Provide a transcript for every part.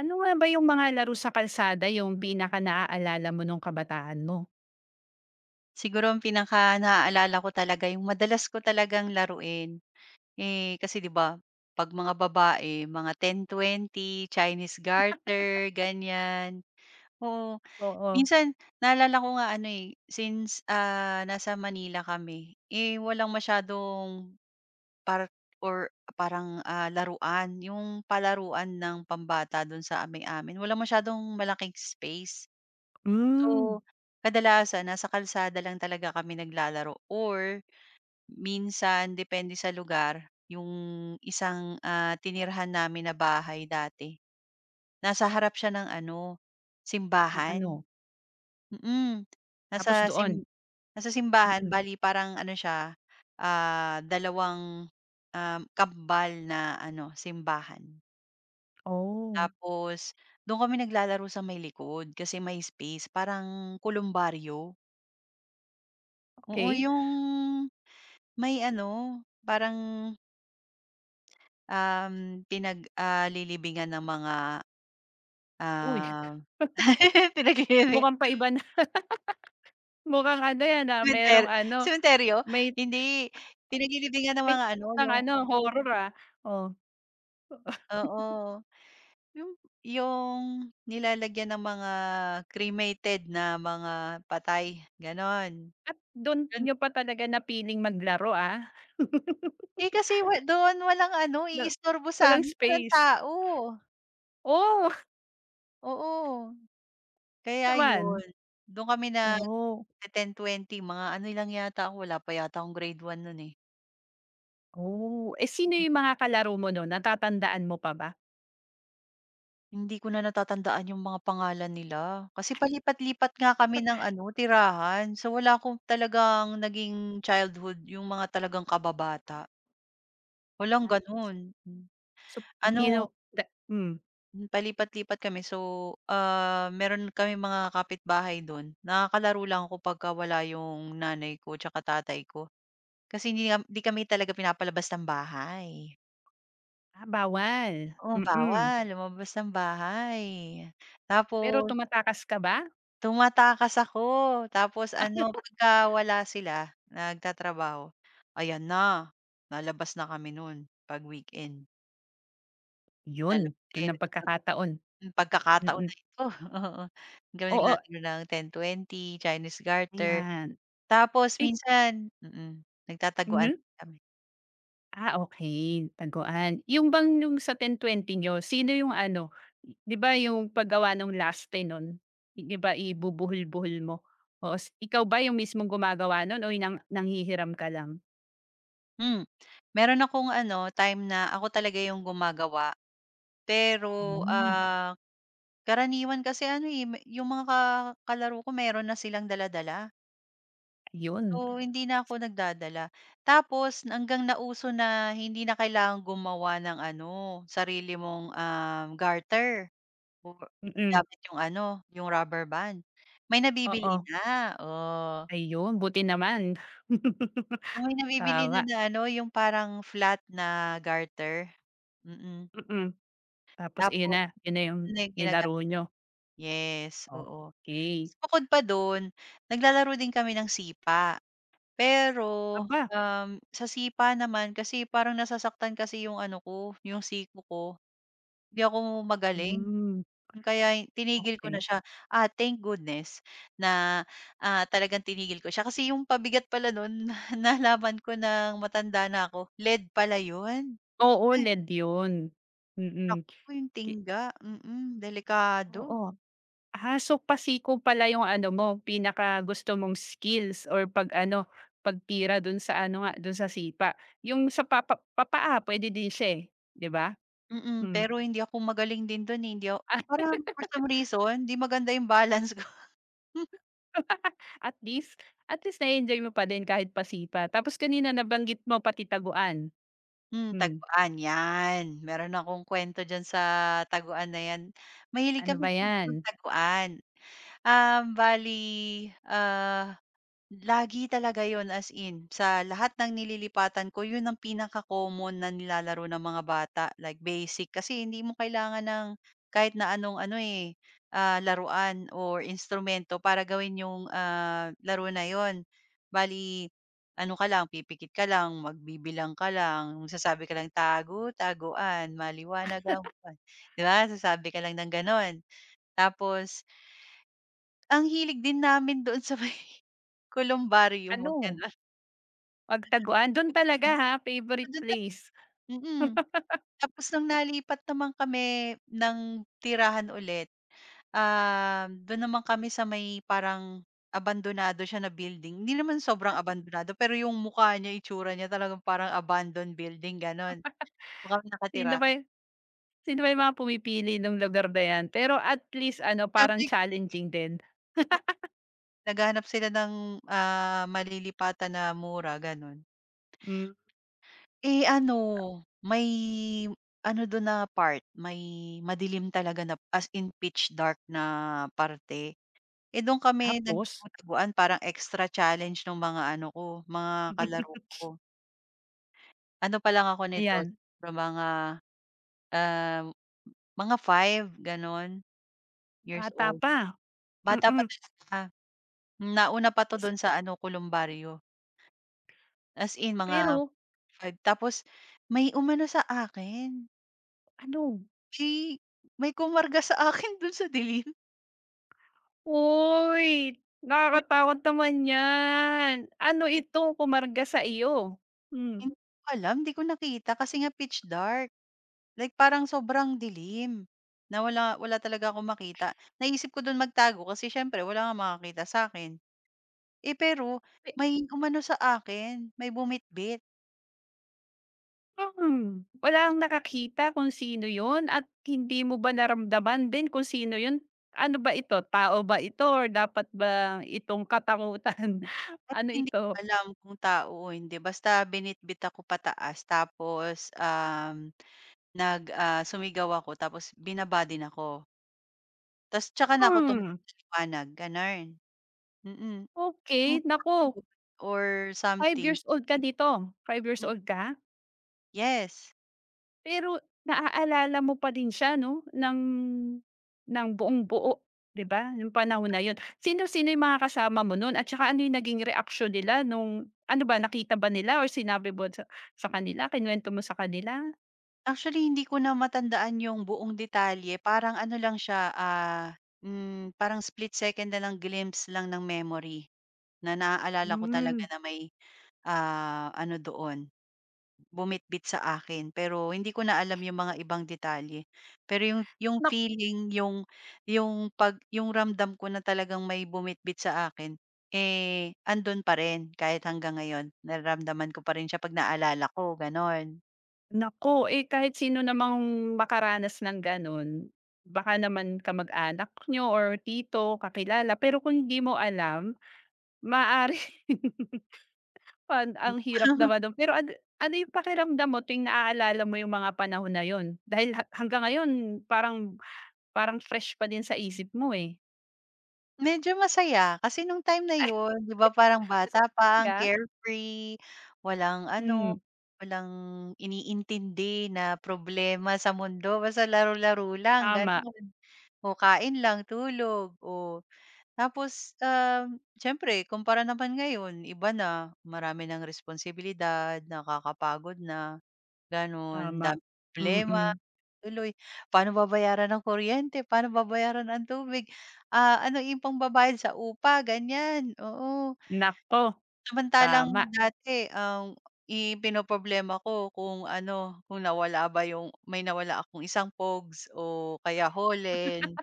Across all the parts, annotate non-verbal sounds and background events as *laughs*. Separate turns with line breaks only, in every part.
Ano nga ba yung mga laro sa kalsada yung pinaka-naaalala mo nung kabataan mo?
Siguro ang pinaka-naaalala ko talaga yung madalas ko talagang laruin, eh, kasi 'di ba 'pag mga babae mga 10-20, Chinese garter, ganyan. Oo,
Oo,
minsan naalala ko nga ano, eh, since, nasa Manila kami, eh, walang masyadong park or parang, laruan, yung palaruan ng pambata dun sa may amin, walang masyadong malaking space. So,
hmm,
kadalasan nasa kalsada lang talaga kami naglalaro or minsan depende sa lugar, yung isang, tinirhan namin na bahay dati, nasa harap siya ng ano,
ng
simbahan,
ano,
mm.
tapos
Nasa sim
doon?
Nasa simbahan,
Mm,
bale parang ano siya, dalawang, kambal na ano, simbahan.
oh,
Tapos dun kami naglalaro sa may likod kasi may space, parang kulumbaryo. Oo,
okey.
yung may ano, parang Um, lilibingan ng mga, Hmm.
Uy, *laughs*
ah, *laughs* pinaglilibing,
mukhang paiba na *laughs* mukhang ano yan, ah,
sementer
merong ano,
sementeryo?
may
Hindi, pinaglilibingan ng
may
mga
touch
ano,
ng
yung
ano, horror, ah, oh.
oo, yung yung nilalagyan ng mga cremated na mga patay, gano'n.
At dun
Yun,
niyo pa talaga napiling maglaro, ah. *laughs*
eh, kasi wa doon walang ano,
Na
iistorbo
walang
sa'min, walang
space.
tao,
Oo, *laughs*
oo. Kaya yun,
naman.
do'n kami na
Oh,
10-20 mga ano lang yata ako, wala pa yata akong grade one noon eh.
oh. Eh, sino yung mga kalaro mo nun, natatandaan mo pa ba?
Hindi ko na natatandaan yung mga pangalan nila. Kasi palipat-lipat nga kami ng ano, tirahan. So, wala akong talagang naging childhood, yung mga talagang kababata. Walang gano'n. Hmm.
So, hindi
Ano,
raw da hmm,
palipat-lipat kami. So, meron kami mga kapitbahay do'n. Nakakalaro lang ako pagka wala yung nanay ko tsaka tatay ko. Kasi hindi nam 'di kami talaga pinapalabas ng bahay.
ah, bawal,
Oo,
mm.
bawal lumabas ng bahay.
Pero
Tapos
tumatakas ka ba?
tumatakas ako, tapos ano pagka wala sila, nagtatrabaho, ayan na, lalabas na kami nun 'pag weekend.
Yun,
Lalabas
dun
din
ang pagkakataon,
yung pagkakataon
mm.
na ito, *laughs* oo. Hindi kami
Oo,
naglalaro ng 10-20, Chinese garter,
ayan.
tapos
Ay
minsan nagtataguan
mhm,
din kami.
ah, okay, taguan. Yung bang yung sa ten twenty niyo, sino yung ano, Y- 'di ba yung paggawa nung laste nun, Y- 'di ba ibubuhol-buhol mo? Oo, s ikaw ba yung mismong gumagawa nun o yung nang nanghihiram ka lang?
Hmm, meron akong ano time na ako talaga yung gumagawa pero,
Hmm,
ah, karaniwan kasi ano, eh, yung mga kalaro ko meron na silang dala.
ayun,
So, hindi na ako nagdadala. Tapos hanggang nauso na hindi na kailangang gumawa ng ano, sarili mong, garter o
mm.
gamit yung ano, yung rubber band. May
Oo,
nabibili na, oh.
ayun buti naman.
May
*laughs*
nabibili
Tama.
na na ano, yung parang flat na garter, mm.
Mm, tapos iyon
Tapos
na, yun na yung
yun na yung
nilaro
ginagamit,
niyo?
yes, oo.
Okey.
Tapos, bukod pa dun, naglalaro din kami ng sipa. Pero,
Aba,
sa sipa naman kasi parang nasasaktan kasi yung ano ko, yung siko ko. Hindi ako magaling.
hmm,
Kaya tinigil ko na
okey.
siya. Thank goodness na, talagang tinigil ko siya. Kasi yung pabigat pala nun *laughs* nalaman ko ng matanda na ako, lead pala yun.
Oo,
Ay,
LED yun. Mm,
naku yung
ki
tingga, delikado.
oo. Ah, so pasiko pala yung ano mo, pinakagusto mong skills or pag-ano, pagtira dun sa ano nga, dun sa sipa. Yung sa papa papaa puwede din siya, eh, 'di ba?
Mm,
Hmm.
pero hindi ako magaling din dun, eh, hindi ako
*laughs* At
parang for some reason, 'di maganda yung balance ko. *laughs*
at least at least na-enjoy mo pa din kahit pasipa. Tapos kanina nabanggit mo pati taguan.
Hmm,
Hmm,
taguan, 'yan. Meron akong kwento diyan sa taguan na 'yan. Mahilig
ano ba
kami talaga
yan?
magtaguan. Bale, ah lagi talaga yon, as in sa lahat ng nililipatan ko yun ang pinaka-common na nilalaro ng mga bata, like basic. Kasi hindi mo kailangan ng kahit na anong ano, eh, laruan or instrumento para gawin yung, laro na yun. Bale ano ka lang, pipikit ka lang, magbibilang ka lang, magsasabi ka lang, "Tago, taguan, maliwanag ang buwan." 'Di ba, sasabi ka lang ng gano'n. Tapos ang hilig din namin doon sa may *laughs* columbarium mag
Ano,
gano'n.
Pagtaguan. Don talaga ha, favorite
Do'n ta
place.
Mm. Tapos nung nalipat naman kami ng tirahan ulit, do'n naman kami sa may parang abandonado siya na building. Hindi naman sobrang abandonado, pero yung mukha niya, itsura niya talagang parang abandoned building gano'n. Do'n kami
Sino
nakatira.
ba sino ba yung mga pumipili nung lugar na yan, pero at least ano, parang
Sabi
challenging din.
ko naghahanap sila ng, malilipatan na mura gano'n.
Hmm.
Eh, ano, may ano dun na part, may madilim talaga na, as in pitch dark na parte. Eh, dun kami
Tapos,
nagtago-taguan, parang extra challenge nung mga ano ko, mga kalaro
*laughs*
ko. Ano pa lang ako nito,
ayan,
siguro mga, ah, mga 5 ganon, years
bata
old.
pa.
Bata pa
Mm.
talaga. Nauna pa 'to
Tas
dun sa ano, kolumbaryo. As in mga
pero
5, tapos may umano sa akin.
ano,
Di, may kumarga sa akin dun sa dilim.
uy,
Uy,
nakakatakot naman yan. Ano
bit
ito, kumarga sa iyo. Hmm.
hindi ko alam, hindi ko nakita kasi nga pitch dark. Like parang sobrang dilim na wala wala talaga akong makita. Naisip ko dun magtago kasi siyempre wala ngang makakita sa'kin. Eh, pero may umano sa akin, may bumitbit
hmm, walang nakakita kung sino yun at hindi mo ba naramdaman din kung sino yun? Ano ba ito, tao ba ito or dapat ba itong katakutan? *laughs*
at
Ano
hindi ko
ito?
alam kung tao o hindi, basta binitbit ako pataas tapos, sumigaw ako tapos binaba din ako. Tas tsaka na ako
Hmm,
tumakbo sa liwanag, gano'n. Mm,
okey,
hmm,
naku,
*unintelligible* or
five
something.
years old ka nito, 5 years
Hmm,
old ka?
yes.
Pero naaalala mo pa din siya 'no, ng buong-buo, 'di ba, yung panahon na yun. Sino-sino yung mga kasama mo nun at saka ano yung naging reaksyon nila nung ano ba, nakita ba nila or sinabi mo sa kanila, kinuwento mo sa kanila?
Actually hindi ko na matandaan yung buong detalye, parang ano lang siya, parang split second na lang, glimpse lang ng memory na naaalala ko talaga
Hmm.
na may, ano doon bumitbit sa akin, pero hindi ko na alam yung mga ibang detalye. Pero yung
Nak
feeling, yung 'pag yung ramdam ko na talagang may bumitbit sa akin, eh, andun pa rin kahit hanggang ngayon. Nararamdaman ko pa rin siya 'pag naalala ko, gano'n.
naku, eh, kahit sino namang makaranas ng ganun, baka naman kamag-anak niyo or tito, kakilala, pero kung hindi mo alam, maaaring Pan ang hirap
*laughs*
naman nun, pero ano ano yung pakiramdam mo tuwing naaalala mo yung mga panahon na yun? Dahil ha hanggang ngayon parang parang fresh pa din sa isip mo, eh.
Medyo masaya kasi nung time na
Ay,
yun, 'di ba, parang
*laughs*
bata pa, ang
talaga?
carefree, walang
Hmm,
ano, walang iniintindi na problema sa mundo, basta laro-laro lang,
tama,
gano'n. O kain lang, tulog, o tapos, siyempre kumpara naman ngayon iba na, marami ng responsibilidad, nakakapagod na, gano'n.
tama.
Dami problema,
Mm.
tuloy paano babayaran ang kuryente, paano babayaran ang tubig, ano yung pangbabayad sa upa, ganyan, oo.
Naku, tama.
Samantalang dati ang ipinoproblema ko kung ano, kung nawala ba yung may nawala akong isang pogs o kaya holen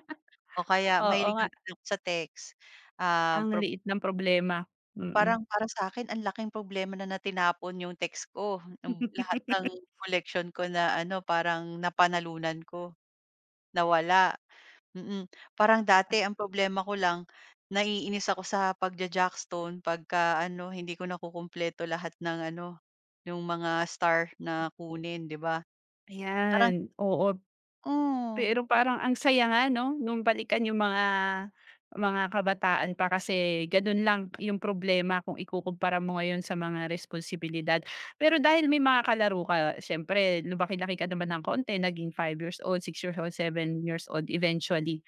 o kaya
Oo
mahilig
nga,
rin din ako sa text. Ah,
ang
prob
liit ng problema. Mm.
Parang para sa'kin ang laking problema na na tinapon yung text ko, yung lahat ng
*laughs*
koleksyon ko na ano, parang napanalunan ko, nawala. Mm, parang dati ang problema ko lang, naiinis ako sa pagja-jackstone pagka ano hindi ko nakukumpleto lahat ng ano, yung mga star na kunin, 'di ba? Parang
Ayan, oo.
oo,
Pero parang ang saya nga 'no, nung balikan yung mga kabataan pa kasi ganun lang yung problema kung ikukumpara mo ngayon sa mga responsibilidad. Pero dahil may mga kalaro ka, siyempre lumaki-laki ka naman ng konti naging 5 years old, 6 years old, 7 years old eventually.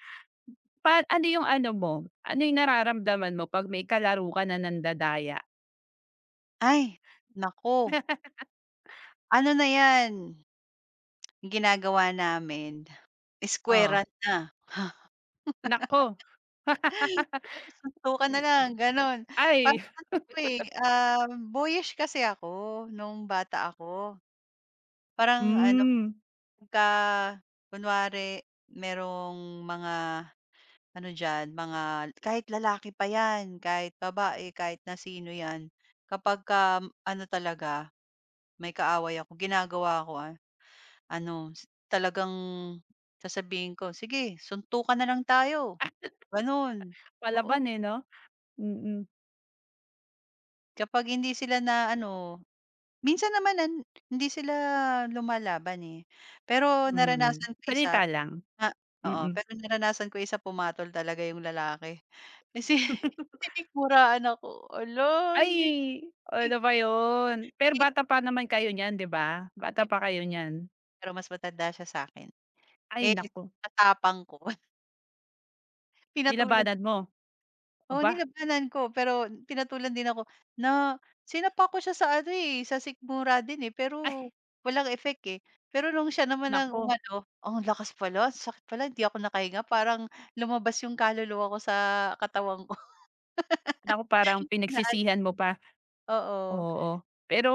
Pa ano yung ano mo, ano yung nararamdaman mo 'pag may kalaro ka na nandadaya?
ay naku, ano na 'yan, yung ginagawa namin, square
Oh,
na.
naku,
*gasps* *laughs* Suntukan na
ay
lang gano'n.
ay,
Parang ano ko, eh, boyish kasi ako nung bata ako. Parang ano,
hmm,
pagka kunwari merong mga ano diyan, mga kahit lalaki pa 'yan, kahit babae, kahit na sino 'yan, kapagka ano talaga, may kaaway ako, ginagawa ko, ano, talagang sasabihin ko, "Sige, suntukan na lang tayo." Gano'n.
palaban
Oo,
eh 'no? Mm,
kapag hindi sila na ano, minsan naman hindi sila lumalaban, eh. Pero
hmm,
naranasan ko isa
salita lang,
na oo,
mm.
pero naranasan ko isa pumatol talaga yung lalaki. *laughs* Kasi
*laughs*
tinikmuraan ako, hala
Ay,
hindi
ano ba yun? Pero bata
*unintelligible*
pa naman kayo niyan, 'di ba? Bata pa kayo niyan.
pero mas matanda siya sa'kin.
Ay
Eh,
naku,
ang tapang ko *laughs* pinatulan,
nilabanan mo,
oo,
aba,
nilabanan ko pero pinatulan din ako na sinapa ko siya sa ano, eh, sa sikmura din, eh,
ay
pero walang effect, eh. Pero nung siya naman ang
naku,
umano, ang lakas pala, sakit pala, hindi ako nakahinga, parang lumabas yung kaluluwa ko sa katawan ko *laughs*
naku parang
na ano,
pinagsisihan mo pa,
oo.
oo. Pero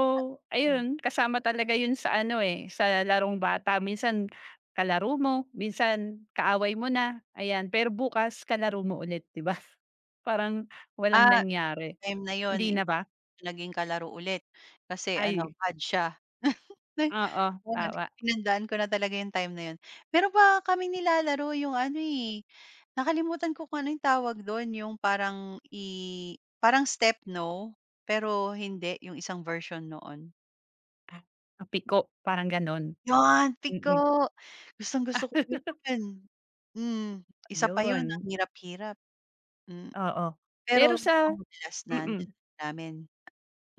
ayun, kasama talaga yun sa ano, eh, sa larong bata. Minsan kalaro mo, minsan kaaway mo na, ayan. Pero bukas kalaro mo ulit, 'di ba? *laughs* Parang walang
Ah
nangyari,
Time na yun,
hindi na ba?
naging kalaro ulit kasi ano
Ay,
bad siya. *laughs*
oo,
Ayun,
tama.
pinandaan ko na talaga yung time na yun. Meron pa kaming nilalaro yung ano, eh, nakalimutan ko kung ano yung tawag dun, yung parang parang step no, pero hindi yung isang version noon.
Ah, apiko, parang gano'n,
Yun, piko.
mm.
Gustong-gusto ko
*laughs*
yun. Hmm, isa pa yun,
Ayun,
ang hirap-hirap, hmm,
oo. Pero
pero yun
sa
ang madalas na
mm,
nilalaro namin.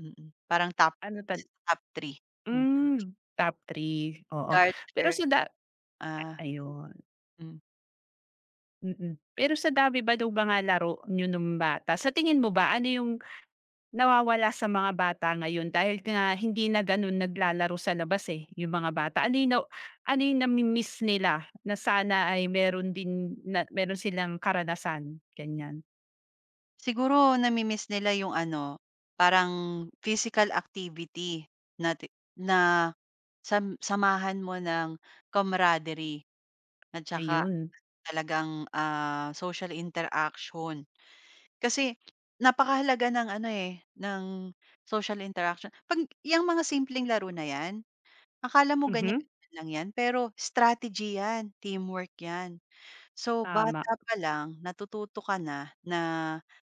Mm, parang
ano
isa
tal
sa top 3, hmm,
hmm, top 3, oo. Pero
garter,
sa da
ah,
ayun,
hmm.
mm. Pero sa dami ba nung mga laro niyo nung bata, sa tingin mo ba ano yung nawawala sa mga bata ngayon dahil nga hindi na ganun naglalaro sa labas, eh, yung mga bata? Ano yung na ano yung nami-miss nila na sana ay meron din na meron silang karanasan, ganyan?
Siguro nami-miss nila yung ano, parang physical activity na ti na sam samahan mo ng camaraderie at saka
Ayun,
talagang, social interaction. Kasi napakahalaga ng ano, eh, ng social interaction. 'Pag yang mga simpleng laro na yan, akala mo
mhm,
ganyan-ganyan lang yan, pero strategy yan, teamwork yan. So,
tama.
bata pa lang natututo ka na na,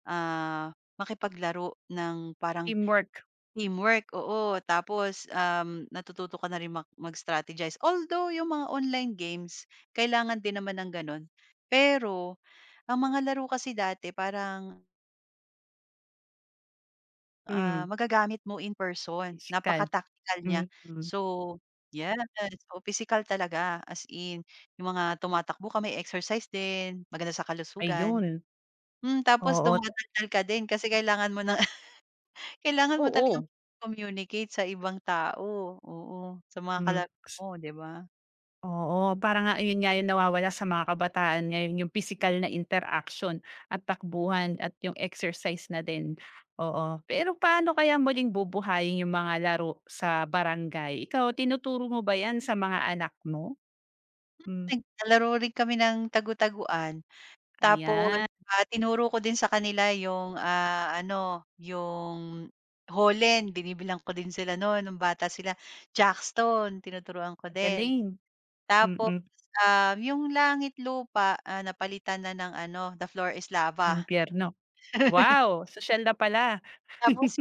ah, makipaglaro ng parang
Teamwork,
teamwork, oo. Tapos, natututo ka na rin mag-strategize. Although yung mga online games kailangan din naman ng gano'n. Pero ang mga laro kasi dati parang,
hmm,
magagamit mo in person,
pisikal.
napaka-tactical niya.
Mm,
So yes, oo, pisikal talaga, as in yung mga tumatakbo ka, may exercise din, maganda sa kalusugan.
ayun.
Hmm, tapos
Oo, ta
dumadaddal ka din kasi kailangan mo ng *laughs* kailangan mo talagang
Oo.
communicate sa ibang tao, oo, sa mga
Hmm,
kalaro mo, 'di ba?
oo, parang nga yun nga yung nawawala sa mga kabataan ngayon, yung physical na interaction at takbuhan at yung exercise na din, oo. Pero paano kaya muling bubuhayin yung mga laro sa barangay? Ikaw, tinuturo mo ba 'yan sa mga anak mo? Hmm,
Naglalaro rin kami ng tagu-taguan, tapos,
ayan,
tinuro ko din sa kanila yung, ano, yung Holland, binibilang ko din sila noon nung bata sila, jackstone, tinuturuan ko din.
galing.
Tapos,
Mm,
yung langit lupa, napalitan na ng ano, the floor is lava.
impyerno.
*laughs*
Wow, social na pala. *laughs*
Tapos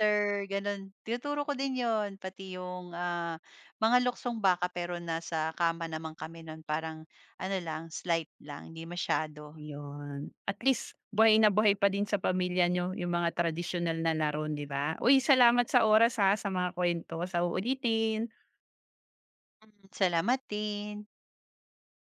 after gano'n, tinuturo ko din yon, pati yung, mga luksong baka, pero nasa kama naman kami nun, parang ano lang, slight lang, hindi masyado.
Yun, at least buhay na buhay pa din sa pamilya niyo yung mga tradisyonal na laro, 'di ba? Uy, salamat sa oras ha, sa mga kuwento. Sa uulitin.
Mm, salamat Salamatin,